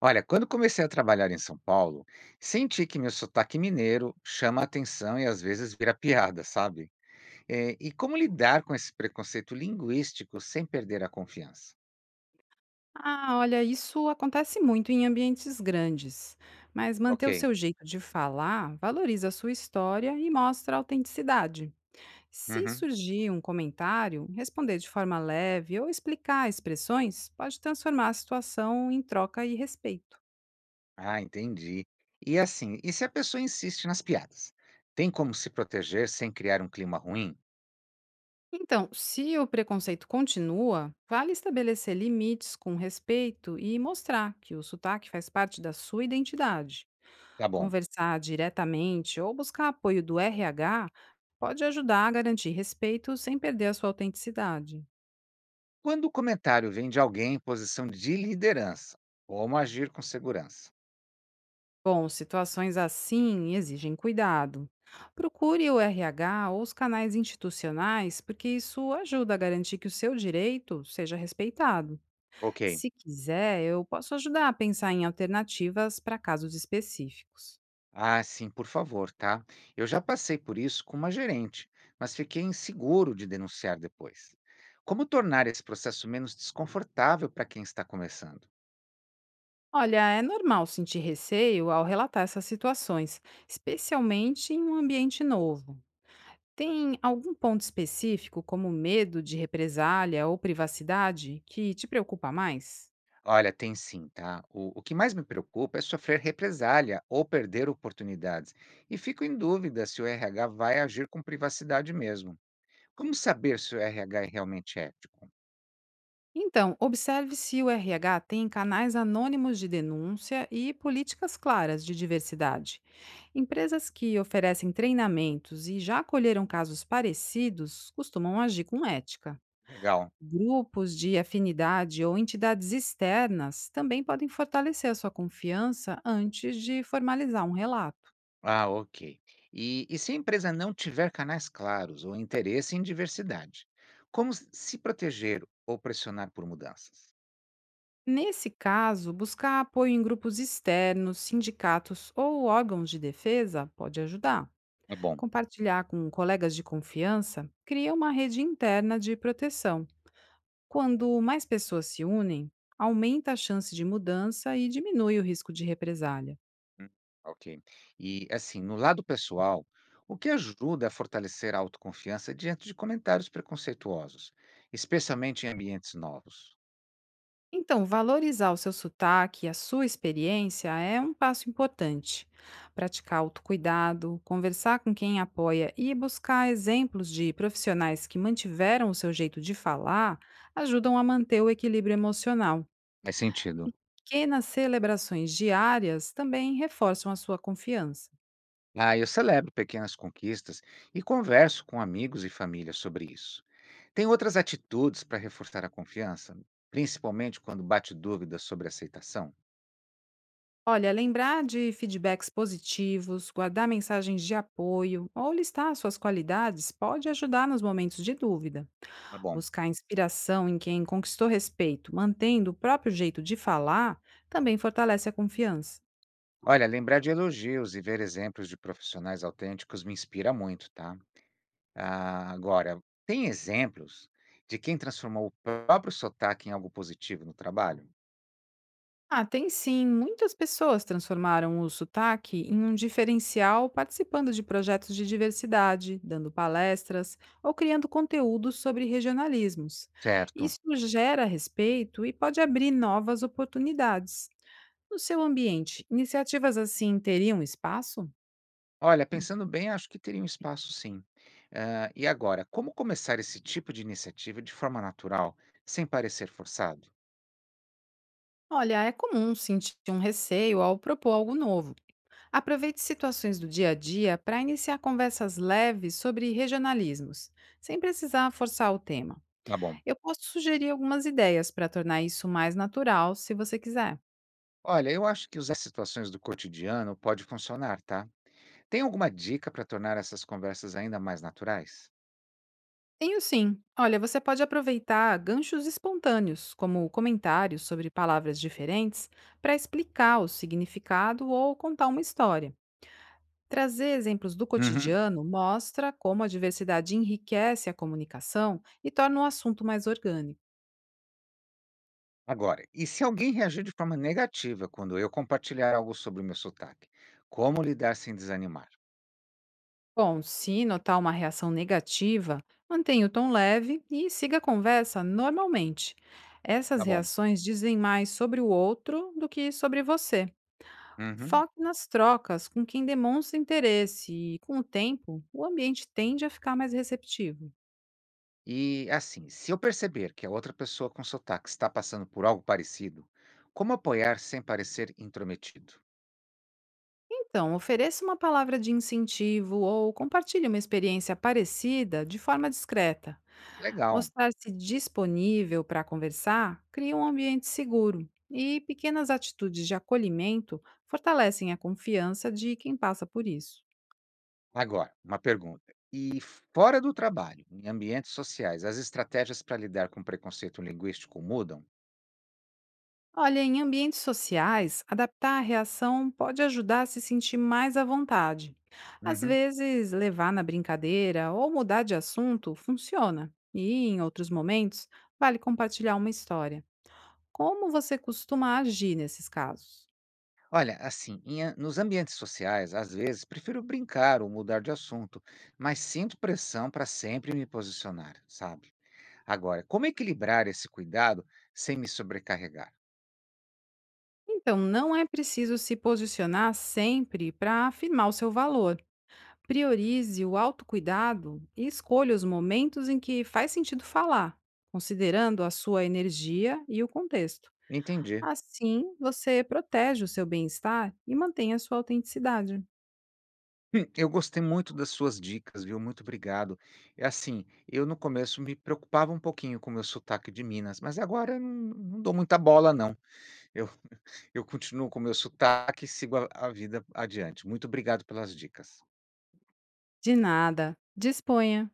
Olha, quando comecei a trabalhar em São Paulo, senti que meu sotaque mineiro chama a atenção e às vezes vira piada, sabe? E como lidar com esse preconceito linguístico sem perder a confiança? Ah, olha, isso acontece muito em ambientes grandes, mas manter o Ok. seu jeito de falar valoriza a sua história e mostra autenticidade. Se Uhum. surgir um comentário, responder de forma leve ou explicar expressões pode transformar a situação em troca e respeito. Ah, entendi. E assim, e se a pessoa insiste nas piadas? Tem como se proteger sem criar um clima ruim? Então, se o preconceito continua, vale estabelecer limites com respeito e mostrar que o sotaque faz parte da sua identidade. Tá bom. Conversar diretamente ou buscar apoio do RH pode ajudar a garantir respeito sem perder a sua autenticidade. Quando o comentário vem de alguém em posição de liderança, como agir com segurança? Bom, situações assim exigem cuidado. Procure o RH ou os canais institucionais, porque isso ajuda a garantir que o seu direito seja respeitado. Ok. Se quiser, eu posso ajudar a pensar em alternativas para casos específicos. Ah, sim, por favor, tá? Eu já passei por isso com uma gerente, mas fiquei inseguro de denunciar depois. Como tornar esse processo menos desconfortável para quem está começando? Olha, é normal sentir receio ao relatar essas situações, especialmente em um ambiente novo. Tem algum ponto específico, como medo de represália ou privacidade, que te preocupa mais? Olha, tem sim, tá? O que mais me preocupa é sofrer represália ou perder oportunidades. E fico em dúvida se o RH vai agir com privacidade mesmo. Como saber se o RH é realmente ético? Então, observe se o RH tem canais anônimos de denúncia e políticas claras de diversidade. Empresas que oferecem treinamentos e já acolheram casos parecidos costumam agir com ética. Legal. Grupos de afinidade ou entidades externas também podem fortalecer a sua confiança antes de formalizar um relato. Ah, ok. E se a empresa não tiver canais claros ou interesse em diversidade, como se proteger ou pressionar por mudanças? Nesse caso, buscar apoio em grupos externos, sindicatos ou órgãos de defesa pode ajudar. É bom. Compartilhar com colegas de confiança cria uma rede interna de proteção. Quando mais pessoas se unem, aumenta a chance de mudança e diminui o risco de represália. Hum. Ok. E, assim, no lado pessoal, o que ajuda a fortalecer a autoconfiança diante de comentários preconceituosos, especialmente em ambientes novos? Então, valorizar o seu sotaque e a sua experiência é um passo importante. Praticar autocuidado, conversar com quem apoia e buscar exemplos de profissionais que mantiveram o seu jeito de falar ajudam a manter o equilíbrio emocional, Faz sentido. que nas celebrações diárias também reforçam a sua confiança. Ah, eu celebro pequenas conquistas e converso com amigos e família sobre isso. Tem outras atitudes para reforçar a confiança, principalmente quando bate dúvidas sobre aceitação? Olha, lembrar de feedbacks positivos, guardar mensagens de apoio ou listar suas qualidades pode ajudar nos momentos de dúvida. Tá bom. Buscar inspiração em quem conquistou respeito, mantendo o próprio jeito de falar, também fortalece a confiança. Olha, lembrar de elogios e ver exemplos de profissionais autênticos me inspira muito, tá? Ah, agora, tem exemplos de quem transformou o próprio sotaque em algo positivo no trabalho? Ah, tem sim. Muitas pessoas transformaram o sotaque em um diferencial participando de projetos de diversidade, dando palestras ou criando conteúdos sobre regionalismos. Certo. Isso gera respeito e pode abrir novas oportunidades. No seu ambiente, iniciativas assim teriam espaço? Olha, pensando bem, acho que teria um espaço sim. Ah, e agora, como começar esse tipo de iniciativa de forma natural, sem parecer forçado? Olha, é comum sentir um receio ao propor algo novo. Aproveite situações do dia a dia para iniciar conversas leves sobre regionalismos, sem precisar forçar o tema. Tá bom. Eu posso sugerir algumas ideias para tornar isso mais natural, se você quiser. Olha, eu acho que usar situações do cotidiano pode funcionar, tá? Tem alguma dica para tornar essas conversas ainda mais naturais? Tenho sim. Olha, você pode aproveitar ganchos espontâneos, como comentários sobre palavras diferentes, para explicar o significado ou contar uma história. Trazer exemplos do Uhum. cotidiano mostra como a diversidade enriquece a comunicação e torna o assunto mais orgânico. Agora, e se alguém reagir de forma negativa quando eu compartilhar algo sobre o meu sotaque? Como lidar sem desanimar? Bom, se notar uma reação negativa, mantenha o tom leve e siga a conversa normalmente. Essas Tá bom. reações dizem mais sobre o outro do que sobre você. Uhum. Foque nas trocas com quem demonstra interesse e, com o tempo, o ambiente tende a ficar mais receptivo. E assim, se eu perceber que a outra pessoa com sotaque está passando por algo parecido, como apoiar sem parecer intrometido? Então, ofereça uma palavra de incentivo ou compartilhe uma experiência parecida de forma discreta. Legal. Mostrar-se disponível para conversar cria um ambiente seguro e pequenas atitudes de acolhimento fortalecem a confiança de quem passa por isso. Agora, uma pergunta. E fora do trabalho, em ambientes sociais, as estratégias para lidar com preconceito linguístico mudam? Olha, em ambientes sociais, adaptar a reação pode ajudar a se sentir mais à vontade. Às Uhum. vezes, levar na brincadeira ou mudar de assunto funciona, e em outros momentos, vale compartilhar uma história. Como você costuma agir nesses casos? Olha, assim, nos ambientes sociais, às vezes, prefiro brincar ou mudar de assunto, mas sinto pressão para sempre me posicionar, sabe? Agora, como equilibrar esse cuidado sem me sobrecarregar? Então, não é preciso se posicionar sempre para afirmar o seu valor. Priorize o autocuidado e escolha os momentos em que faz sentido falar, considerando a sua energia e o contexto. Entendi. Assim, você protege o seu bem-estar e mantém a sua autenticidade. Eu gostei muito das suas dicas, viu, muito obrigado. É assim, eu no começo me preocupava um pouquinho com o meu sotaque de Minas, mas agora eu não dou muita bola não. Eu eu continuo com o meu sotaque e sigo a vida adiante. Muito obrigado pelas dicas. De nada. Disponha.